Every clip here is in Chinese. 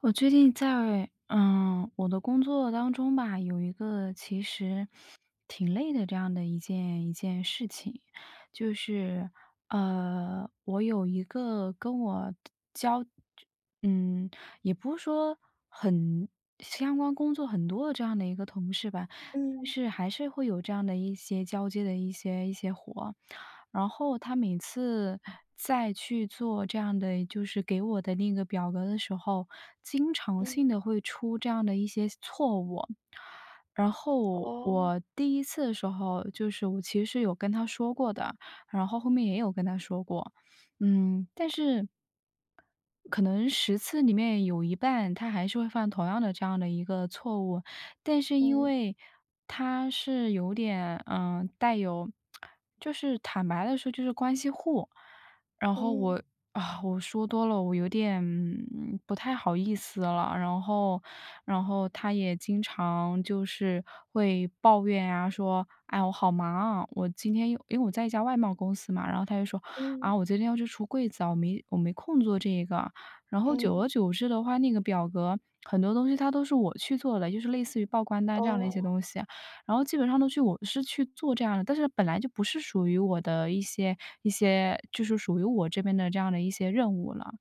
我最近在我的工作当中吧，有一个其实挺累的这样的一件一件事情，就是我有一个跟我交，嗯，也不是说很相关工作很多的这样的一个同事吧，但嗯，是还是会有这样的一些交接的一些活。然后他每次再去做这样的就是给我的那个表格的时候，经常嗯，性的会出这样的一些错误。然后哦，我第一次的时候，就是我其实是有跟他说过的，然后后面也有跟他说过。但是可能十次里面有一半，他还是会犯同样的这样的一个错误。但是因嗯，为他是有点，带有就是坦白的说就是关系户，然后嗯，我啊，我说多了，我有点，不太好意思了。然后他也经常就是会抱怨啊，说：“哎，我好忙，我今天又因为我在一家外贸公司嘛，然后他就说：“啊，嗯，我今天要去出柜子啊，我没空做这个。”然后久嗯，而久之的话，那个表格很多东西它都是我去做的，就是类似于报关单这样的一哦，些东西，然后基本上我是去做这样的，但是本来就不是属于我的一些就是属于我这边的这样的一些任务了。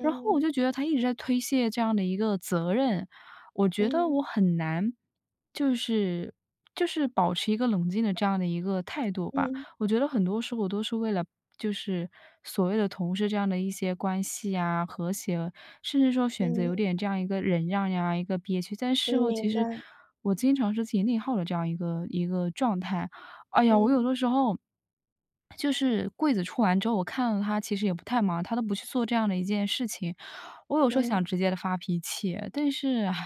然后我就觉得他一直在推卸这样的一个责任，我觉得嗯，我很难，就是就是保持一个冷静的这样的一个态度吧。嗯，我觉得很多时候都是为了就是所谓的同事这样的一些关系啊、和谐，甚至说选择有嗯，点这样一个忍让呀、一个憋屈，但事嗯，后其明实白。我经常是自己内耗的这样一个一个状态。哎呀，我有嗯，的时候就是柜子出完之后，我看到他其实也不太忙，他都不去做这样的一件事情，我有时候想嗯，直接的发脾气，但是啊，唉，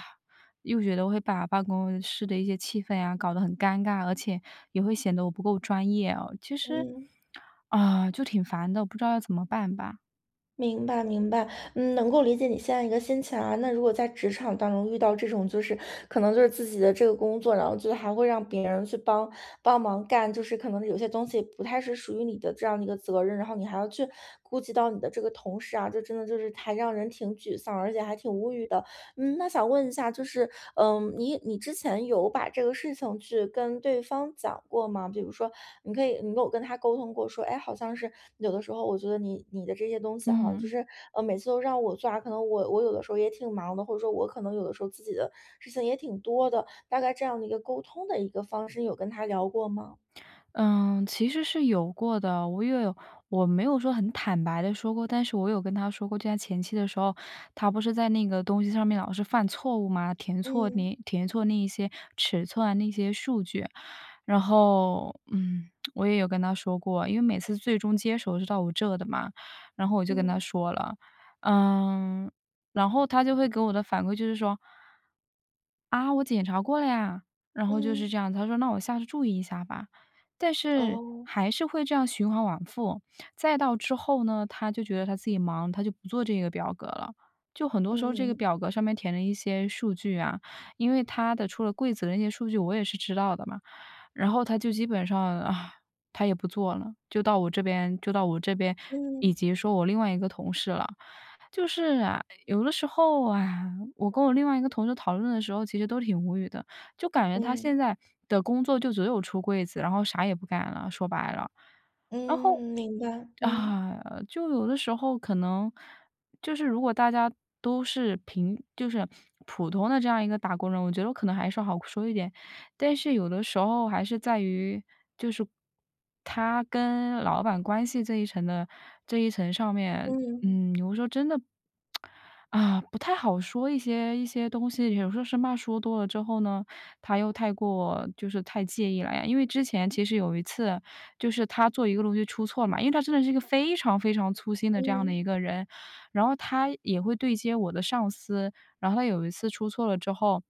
又觉得会把办公室的一些气氛呀搞得很尴尬，而且也会显得我不够专业哦。其实，嗯，啊、就挺烦的，不知道要怎么办吧。明白，明白。嗯，能够理解你现在一个心情啊。那如果在职场当中遇到这种，就是可能就是自己的这个工作，然后就是还会让别人去帮帮忙干，就是可能有些东西不太是属于你的这样的一个责任，然后你还要去顾及到你的这个同事啊，就真的就是还让人挺沮丧，而且还挺无语的。嗯，那想问一下，就是，你之前有把这个事情去跟对方讲过吗？比如说，你可以，你有跟他沟通过，说，哎，好像是有的时候，我觉得你的这些东西，好像就嗯。是，每次都让我做啊，可能我有的时候也挺忙的，或者说我可能有的时候自己的事情也挺多的，大概这样的一个沟通的一个方式，你有跟他聊过吗？嗯，其实是有过的，我也有我没有说很坦白的说过，但是我有跟他说过，就在前期的时候，他不是在那个东西上面老是犯错误嘛，嗯，填错那一些尺寸啊，那些数据。然后，我也有跟他说过，因为每次最终接手是到我这的嘛，然后我就跟他嗯，说了，嗯，然后他就会给我的反馈就是说：“啊，我检查过了呀。”然后就嗯，是这样，他说：“那我下次注意一下吧。”但是哦，还是会这样循环往复。再到之后呢，他就觉得他自己忙，他就不做这个表格了。就很多时候，这个嗯，表格上面填了一些数据啊，因为他的除了柜子的那些数据，我也是知道的嘛。然后他就基本上啊，他也不做了，就到我这边，嗯，以及说我另外一个同事了。就是啊，有的时候啊，我跟我另外一个同事讨论的时候，其实都挺无语的。就感觉他嗯，现嗯，在的工作就只有出柜子，然后啥也不干了，说白了。然后嗯，明白，嗯，啊，就有的时候可能就是如果大家都是就是普通的这样一个打工人，我觉得可能还是好说一点。但是有的时候还是在于，就是他跟老板关系这一层上面，嗯，有时候真的啊，不太好说一些东西，有时候生怕说多了之后呢，他又太过就是太介意了呀。因为之前其实有一次就是他做一个东西出错了嘛，因为他真的是一个非常非常粗心的这样的嗯，一个人，然后他也会对接我的上司，然后他有一次出错了之后，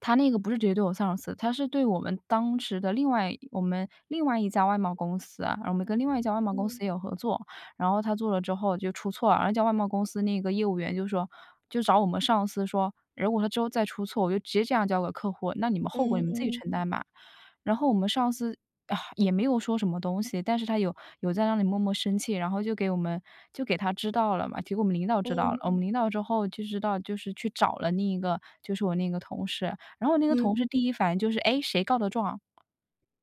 他那个不是直接对我上司，他是对我们当时的我们另外一家外贸公司啊，然后我们跟另外一家外贸公司嗯。也有合作，然后他做了之后就出错了，然后那家外贸公司那个业务员就找我们上司说，如果他之后再出错，我就直接这样交给客户，那你们后果嗯，你们自己嗯，承担吧。然后我们上司，啊，也没有说什么东西，但是他有在那里默默生气，然后就给他知道了嘛，结果我们领导知道了，嗯，我们领导之后就知道去找了另一个就是我那个同事。然后那个同嗯，事第一反应就是：“哎，谁告的状？”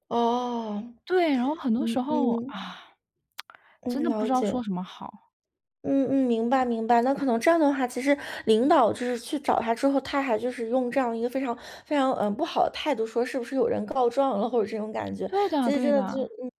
哦，对，然后很多嗯，时候，嗯，啊，真嗯，的不了知道解，说什么好。嗯，嗯，明白明白。那可能这样的话，其实领导就是去找他之后，他还就是用这样一个非常不好的态度说，是不是有人告状了，或者这种感觉。对的其实对真的就的，嗯。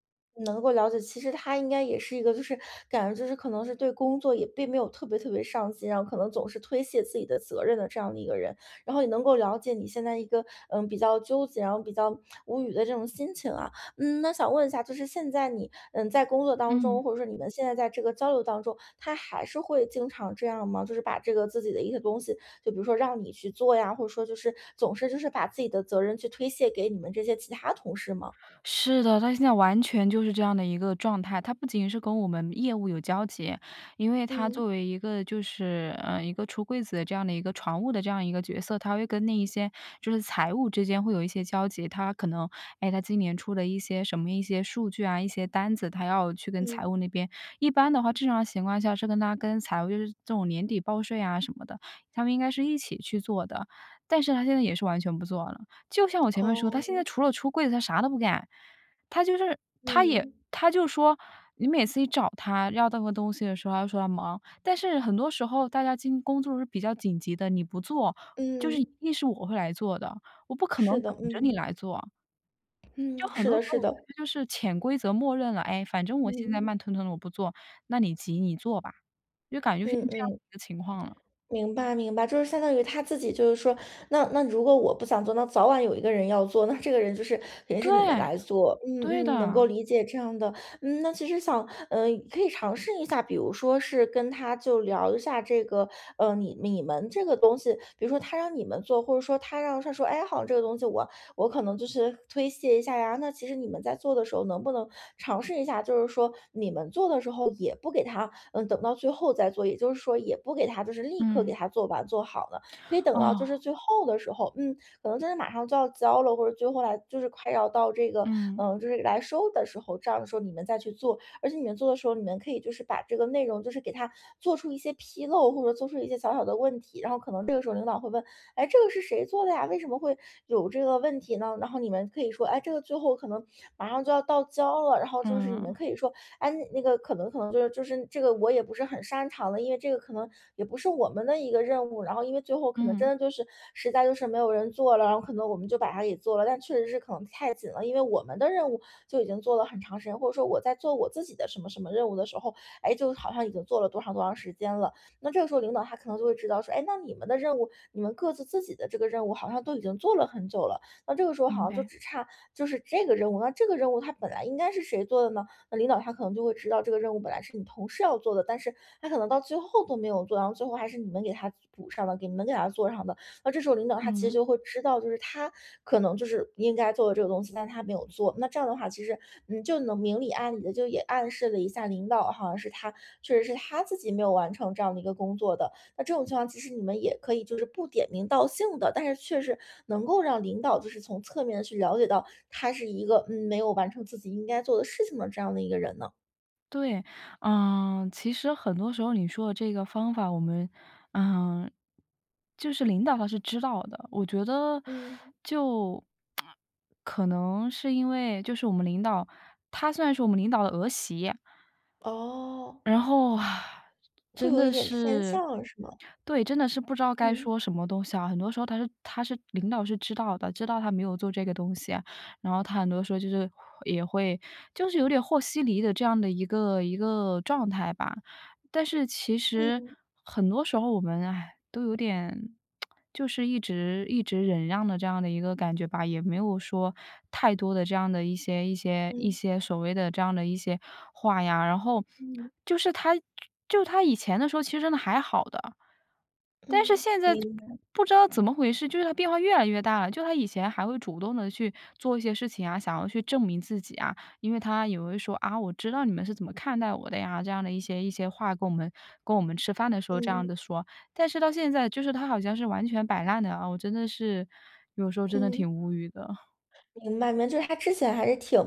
能够了解，其实他应该也是一个，就是感觉就是可能是对工作也并没有特别上心，然后可能总是推卸自己的责任的这样的一个人，然后也能够了解你现在一个比较纠结，然后比较无语的这种心情啊。嗯，那想问一下，就是现在你，嗯，在工作当嗯。中，或者说你们现在在这个交流当中，他还是会经常这样吗？就是把这个自己的一些东西，就比如说让你去做呀，或者说就是总是就是把自己的责任去推卸给你们这些其他同事吗？是的，他现在完全就是这样的一个状态。他不仅是跟我们业务有交集，因为他嗯，作为一个出柜子的这样的一个船务的这样一个角色，他会跟那一些就是财务之间会有一些交集。他可能，哎，他今年出的一些什么一些数据啊，一些单子，他要去跟财嗯，务那边一般的话，正常情况下是跟财务就是这种年底报税啊什么的，他们应该是一起去做的，但是他现在也是完全不做了。就像我前面说，他现在哦，除了出柜子，他啥都不干。他就是嗯，他就说，你每次一找他要那个东西的时候，他就说他忙。但是很多时候大家今工作是比较紧急的，你不做，就是一嗯，定是我会来做的，我不可能是的，等着嗯，你来做。嗯，就很是多的，时候是我觉的，得就是潜规则默认了，哎，反正我现在嗯，慢吞吞的我不做，那你急你做吧，就感觉现嗯，在这样的嗯。一个情况了。明白明白，就是相当于他自己就是说，那如果我不想做，那早晚有一个人要做，那这个人就是肯定是你们对，来做。对嗯，嗯，能够的，理解这样的。嗯，那其实想，嗯、可以尝试一下，比如说是跟他就聊一下这个，呃，你你们这个东西，比如说他让你们做，或者说他让他说，哎，好像这个东西我可能就是推卸一下呀。那其实你们在做的时候，能不能尝试一下，就是说你们做的时候也不给他，嗯，等到最后再做，也就是说也不给他就是立刻嗯，给他做完做好呢，可以等到就哦，是最后的时候。嗯，可能真的马上就要交了，或者最后来就是快要到这个。嗯，嗯，就是来收的时候，这样的时候你们再去做，而且你们做的时候，你们可以就是把这个内容就是给他做出一些纰漏，或者做出一些小小的问题，然后可能这个时候领导会问。哎，这个是谁做的呀？为什么会有这个问题呢？然后你们可以说，哎，这个最后可能马上就要到交了，然后就是你们嗯，可以说，哎，那个可能就是这个我也不是很擅长的，因为这个可能也不是我们的一个任务，然后因为最后可能真嗯。的就是实在就是没有人做了，然后可能我们就把它给做了，但确实是可能太紧了，因为我们的任务就已经做了很长时间，或者说我在做我自己的什么什么任务的时候，哎，就好像已经做了多长时间了。那这个时候领导他可能就会知道说，哎，那你们的任务，你们各自自己的这个任务好像都已经做了很久了，那这个时候好明像就白。只差就是这个任务，那这个任务它本来应该是谁做的呢？那领导他可能就会知道这个任务本来是你同事要做的，但是他可能到最后都没有做，然后最后还是你们给他补上的，给你们给他做上的。那这时候领导他其实嗯，就会知道，就是他可能就是应该做的这个东西，但他没有做。那这样的话，其实嗯，就能明里暗里的就也暗示了一下领导，好像是他确实是他自己没有完成这样的一个工作的。那这种情况，其实你们也可以就是不点名道姓的，但是确实能够让领导就是从侧面的去了解到他是一个没有完成自己应该做的事情的这样的一个人呢。对，嗯，其实很多时候你说的这个方法，我们，嗯，就是领导他是知道的。我觉得嗯，就可能是因为就是我们领导，他虽然是我们领导的儿媳，哦，然后啊，会真有一的点偏是向是吗？对，真的是不知道该嗯，说什么东西啊。很多时候他是领导是知道的，知道他没有做这个东西啊，然后他很多时候就是也会就是有点和稀泥的这样的一个一个状态吧。但是其实嗯，很多时候我们，哎都有点就是一直一直忍让的这样的一个感觉吧，也没有说太多的这样的一些一些一嗯，些所谓的这样的一些话呀。然后嗯，就是他他以前的时候其实真的还好的，但是嗯，现在不知道怎么回事，就是他变化越来越大了。就他以前还会主动的去做一些事情啊，想要去证明自己啊。因为他也会说啊，我知道你们是怎么看待我的呀，这样的一些话跟我们吃饭的时候这样嗯，的说，但是到现在就是他好像是完全摆烂的啊，我真的是有时候真的嗯，挺无语的。明白明白，就是他之前还是挺，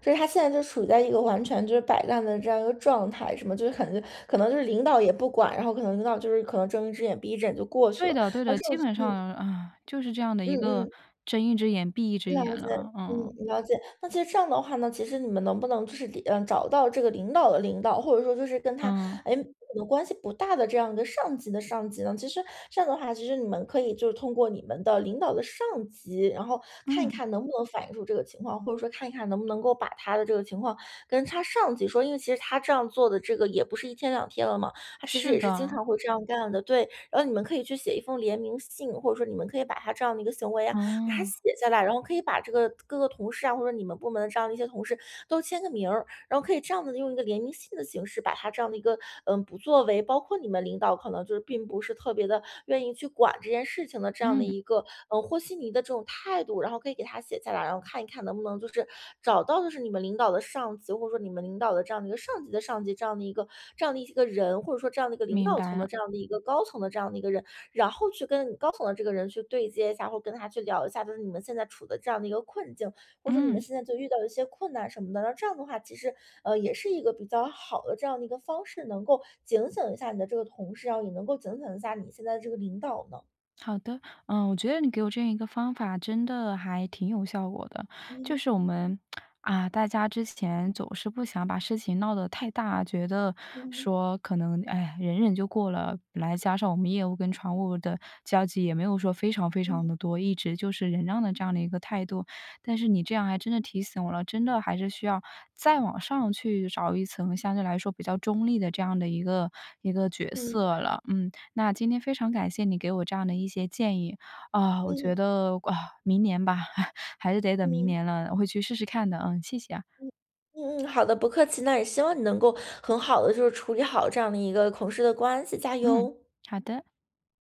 就是他现在就处在一个完全就是摆烂的这样一个状态，什么就是可能就是领导也不管，然后可能领导就是可能睁一只眼闭一只眼就过去对了，的对然后的，这基种。本上啊，就是这样的嗯，一个嗯。睁一只眼闭一只眼了解，了，嗯，嗯，了解。那其实这样的话呢，其实你们能不能就是嗯，呃找到这个领导的领导，或者说就是跟他，嗯，哎，可能关系不大的这样一个上级的上级呢？其实这样的话，其实你们可以就是通过你们的领导的上级，然后看一嗯，看能不能反映出这个情况，或者说看一看能不能够把他的这个情况跟他上级说，因为其实他这样做的这个也不是一天两天了嘛，他其实是也是经的，常会这样干的，对。然后你们可以去写一封联名信，或者说你们可以把他这样的一个行为啊，给他嗯，写下来，然后可以把这个各个同事啊，或者你们部门的这样的一些同事都签个名儿。然后可以这样的用一个联名信的形式，把他这样的一个不作为，包括你们领导可能就是并不是特别的愿意去管这件事情的这样的嗯，一个和稀泥的这种态度，然后可以给他写下来，然后看一看能不能就是找到就是你们领导的上级，或者说你们领导的这样的一个上级的上级这样的一个人，或者说这样的一个领明导白层的了，这样的一个高层的这样的一个人，然后去跟高层的这个人去对接一下，或跟他去聊一下，就是你们现在处的这样的一个困境，或者说你们嗯。现在就遇到一些困难什么的，那这样的话，其实呃也是一个比较好的这样的一个方式，能够警醒一下你的这个同事，然后也能够警醒一下你现在的这个领导呢。好的，嗯，我觉得你给我这样一个方法真的还挺有效果的。就嗯，是我们啊，大家之前总是不想把事情闹得太大，觉得嗯，说可能哎忍忍就过了。本来加上我们业务跟船务的交集也没有说非常非常的嗯，多，一直就是忍让的这样的一个态度。但是你这样还真的提醒我了，真的还是需要再往上去找一层相对来说比较中立的这样的一个一个角嗯，色了。嗯，那今天非常感谢你给我这样的一些建议，啊，我嗯，觉嗯，得啊，明年吧，还是得等明嗯，年了，我会去试试看的，嗯，谢谢啊，嗯，嗯，好的，不客气。那也希望你能够很好的就是处理好这样的一个同事的关系，加嗯，油。好的。